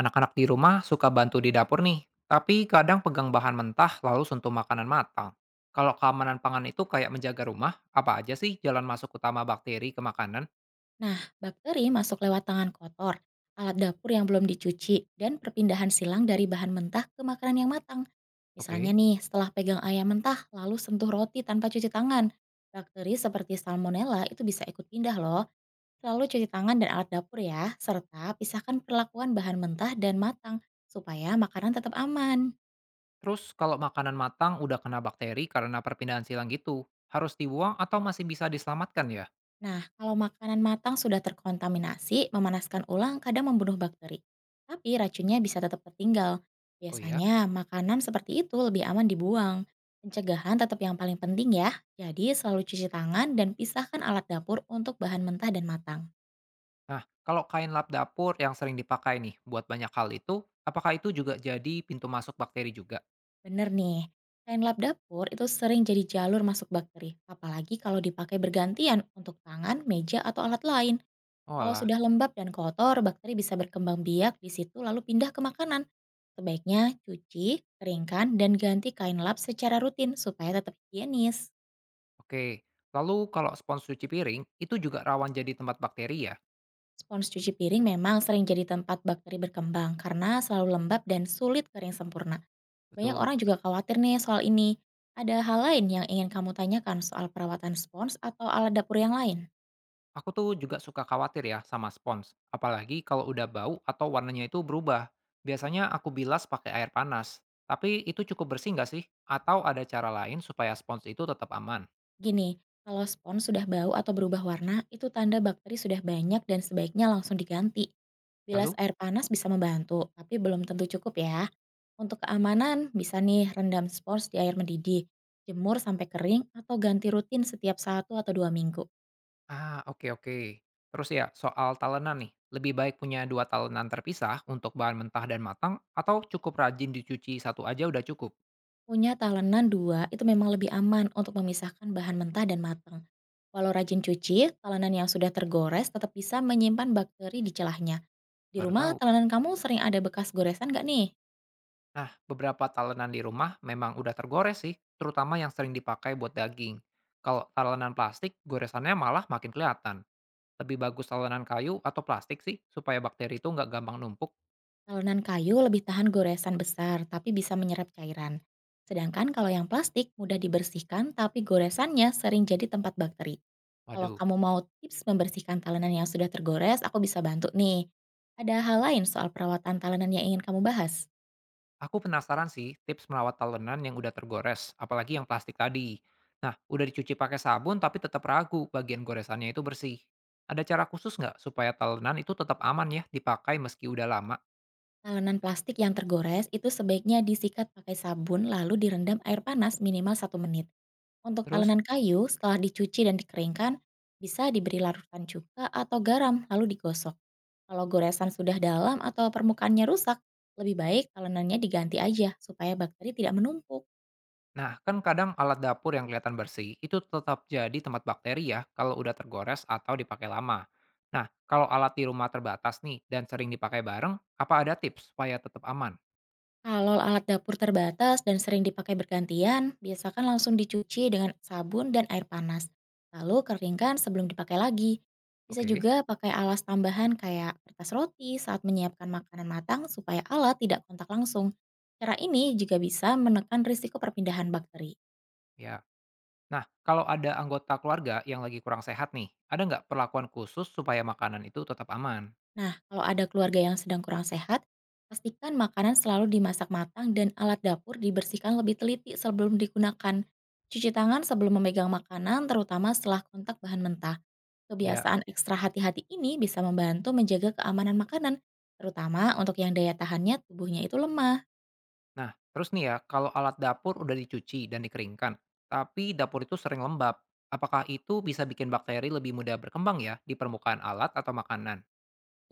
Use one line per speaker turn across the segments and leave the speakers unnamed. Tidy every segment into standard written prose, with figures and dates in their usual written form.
Anak-anak di rumah suka bantu di dapur nih, tapi kadang pegang bahan mentah lalu sentuh makanan matang. Kalau keamanan pangan itu kayak menjaga rumah, apa aja sih jalan masuk utama bakteri ke makanan?
Nah, bakteri masuk lewat tangan kotor, alat dapur yang belum dicuci, dan perpindahan silang dari bahan mentah ke makanan yang matang. Misalnya
Oke.
nih, setelah pegang ayam mentah, lalu sentuh roti tanpa cuci tangan. Bakteri seperti salmonella itu bisa ikut pindah loh. Selalu cuci tangan dan alat dapur ya, serta pisahkan perlakuan bahan mentah dan matang, supaya makanan tetap aman.
Terus kalau makanan matang udah kena bakteri karena perpindahan silang gitu, harus dibuang atau masih bisa diselamatkan ya?
Nah, kalau makanan matang sudah terkontaminasi, memanaskan ulang kadang membunuh bakteri. Tapi racunnya bisa tetap tertinggal.
Oh iya?
Biasanya, makanan seperti itu lebih aman dibuang. Pencegahan tetap yang paling penting ya. Jadi, selalu cuci tangan dan pisahkan alat dapur untuk bahan mentah dan matang.
Nah, kalau kain lap dapur yang sering dipakai nih buat banyak hal itu, apakah itu juga jadi pintu masuk bakteri juga?
Bener nih, kain lap dapur itu sering jadi jalur masuk bakteri. Apalagi kalau dipakai bergantian untuk tangan, meja, atau alat lain.
Oh
Kalau
lah,
sudah lembab dan kotor, bakteri bisa berkembang biak di situ lalu pindah ke makanan. Sebaiknya cuci, keringkan, dan ganti kain lap secara rutin supaya tetap higienis.
oke. Lalu kalau spons cuci piring, itu juga rawan jadi tempat bakteri ya?
Spons cuci piring memang sering jadi tempat bakteri berkembang karena selalu lembab dan sulit kering sempurna. Banyak
Betul.
orang juga khawatir nih soal ini. Ada hal lain yang ingin kamu tanyakan soal perawatan spons atau alat dapur yang lain?
Aku tuh juga suka khawatir ya sama spons, apalagi kalau udah bau atau warnanya itu berubah. Biasanya aku bilas pakai air panas, tapi itu cukup bersih nggak sih? Atau ada cara lain supaya spons itu tetap aman?
Gini, kalau spons sudah bau atau berubah warna, itu tanda bakteri sudah banyak dan sebaiknya langsung diganti. Bilas
Lalu?
air panas bisa membantu, tapi belum tentu cukup ya. Untuk keamanan, bisa nih rendam spons di air mendidih, jemur sampai kering, atau ganti rutin setiap satu atau dua minggu.
Ah, oke oke. Terus ya, soal talenan nih. Lebih baik punya dua talenan terpisah untuk bahan mentah dan matang, atau cukup rajin dicuci satu aja udah cukup?
Punya talenan dua itu memang lebih aman untuk memisahkan bahan mentah dan matang. Walau rajin cuci, talenan yang sudah tergores tetap bisa menyimpan bakteri di celahnya. Di
Baru
rumah,
tahu.
talenan kamu sering ada bekas goresan nggak nih?
Nah, beberapa talenan di rumah memang udah tergores sih, terutama yang sering dipakai buat daging. Kalau talenan plastik, goresannya malah makin kelihatan. Lebih bagus talenan kayu atau plastik sih, supaya bakteri itu nggak gampang numpuk.
Talenan kayu lebih tahan goresan besar, tapi bisa menyerap cairan. Sedangkan kalau yang plastik mudah dibersihkan, tapi goresannya sering jadi tempat bakteri. Kalau
Waduh,
kamu mau tips membersihkan talenan yang sudah tergores, aku bisa bantu nih. Ada hal lain soal perawatan talenan yang ingin kamu bahas?
aku penasaran sih tips merawat talenan yang udah tergores, apalagi yang plastik tadi. Nah, udah dicuci pakai sabun tapi tetap ragu bagian goresannya itu bersih. Ada cara khusus nggak supaya talenan itu tetap aman ya dipakai meski udah lama?
Talenan plastik yang tergores itu sebaiknya disikat pakai sabun lalu direndam air panas minimal satu menit. Untuk
Terus.
talenan kayu, setelah dicuci dan dikeringkan, bisa diberi larutan cuka atau garam lalu digosok. Kalau goresan sudah dalam atau permukaannya rusak, lebih baik talenannya diganti aja supaya bakteri tidak menumpuk.
Nah, kan kadang alat dapur yang kelihatan bersih itu tetap jadi tempat bakteri ya kalau udah tergores atau dipakai lama. Nah, kalau alat di rumah terbatas nih dan sering dipakai bareng, apa ada tips supaya tetap aman?
Kalau alat dapur terbatas dan sering dipakai bergantian, biasakan langsung dicuci dengan sabun dan air panas. Lalu keringkan sebelum dipakai lagi. Bisa
Oke.
juga pakai alas tambahan kayak kertas roti saat menyiapkan makanan matang supaya alat tidak kontak langsung. Cara ini juga bisa menekan risiko perpindahan bakteri.
Ya. Nah, kalau ada anggota keluarga yang lagi kurang sehat nih, ada nggak perlakuan khusus supaya makanan itu tetap aman?
Nah, kalau ada keluarga yang sedang kurang sehat, pastikan makanan selalu dimasak matang dan alat dapur dibersihkan lebih teliti sebelum digunakan. Cuci tangan sebelum memegang makanan, terutama setelah kontak bahan mentah.
Ya.
Kebiasaan ekstra hati-hati ini bisa membantu menjaga keamanan makanan, terutama untuk yang daya tahannya tubuhnya itu lemah.
Nah, terus nih ya, kalau alat dapur udah dicuci dan dikeringkan, tapi dapur itu sering lembab, apakah itu bisa bikin bakteri lebih mudah berkembang ya di permukaan alat atau makanan?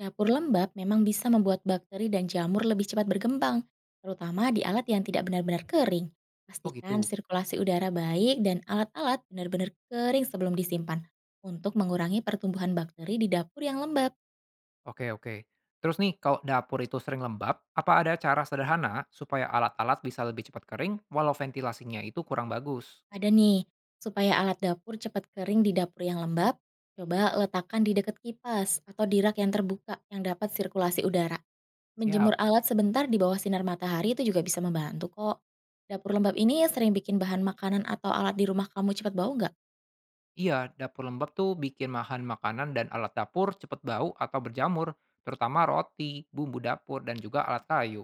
Dapur lembab memang bisa membuat bakteri dan jamur lebih cepat berkembang, terutama di alat yang tidak benar-benar kering.
Oh
Pastikan
gitu.
sirkulasi udara baik dan alat-alat benar-benar kering sebelum disimpan untuk mengurangi pertumbuhan bakteri di dapur yang lembab.
Oke oke. Terus nih, kalau dapur itu sering lembab, apa ada cara sederhana supaya alat-alat bisa lebih cepat kering walau ventilasinya itu kurang bagus?
Ada nih, supaya alat dapur cepat kering di dapur yang lembab, coba letakkan di dekat kipas atau di rak yang terbuka yang dapat sirkulasi udara.
Siap.
Menjemur alat sebentar di bawah sinar matahari itu juga bisa membantu kok. Dapur lembab ini sering bikin bahan makanan atau alat di rumah kamu cepat bau nggak?
Iya, dapur lembab tuh bikin bahan makanan dan alat dapur cepet bau atau berjamur, terutama roti, bumbu dapur, dan juga alat kayu.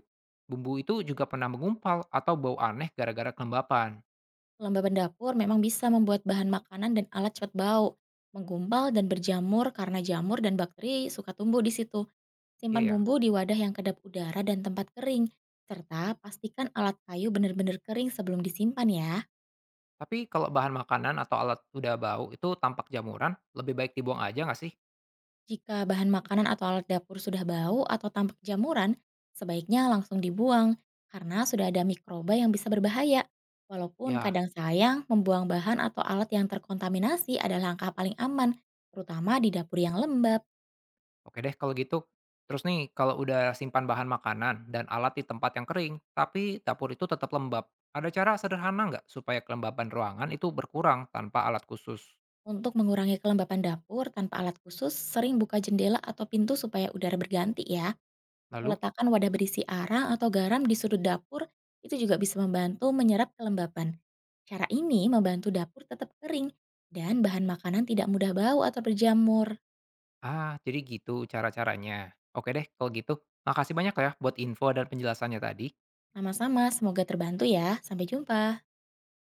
Bumbu itu juga pernah mengumpal atau bau aneh gara-gara kelembapan.
Kelembaban dapur memang bisa membuat bahan makanan dan alat cepat bau, menggumpal dan berjamur karena jamur dan bakteri suka tumbuh di situ.
Iya
Simpan
ya.
bumbu di wadah yang kedap udara dan tempat kering, serta pastikan alat kayu benar-benar kering sebelum disimpan ya.
Tapi kalau bahan makanan atau alat udah bau itu tampak jamuran, lebih baik dibuang aja nggak sih?
Jika bahan makanan atau alat dapur sudah bau atau tampak jamuran, sebaiknya langsung dibuang karena sudah ada mikroba yang bisa berbahaya. Walaupun
Ya.
kadang sayang, membuang bahan atau alat yang terkontaminasi adalah langkah paling aman, terutama di dapur yang lembab.
Oke deh kalau gitu. Terus nih, kalau udah simpan bahan makanan dan alat di tempat yang kering, tapi dapur itu tetap lembab, ada cara sederhana nggak supaya kelembaban ruangan itu berkurang tanpa alat khusus?
Untuk mengurangi kelembapan dapur tanpa alat khusus, sering buka jendela atau pintu supaya udara berganti ya.
Lalu,
Meletakkan wadah berisi arang atau garam di sudut dapur itu juga bisa membantu menyerap kelembapan. Cara ini membantu dapur tetap kering dan bahan makanan tidak mudah bau atau berjamur.
ah jadi gitu cara-caranya. Oke deh kalau gitu. Makasih banyak ya buat info dan penjelasannya tadi.
Sama-sama, semoga terbantu ya. Sampai jumpa.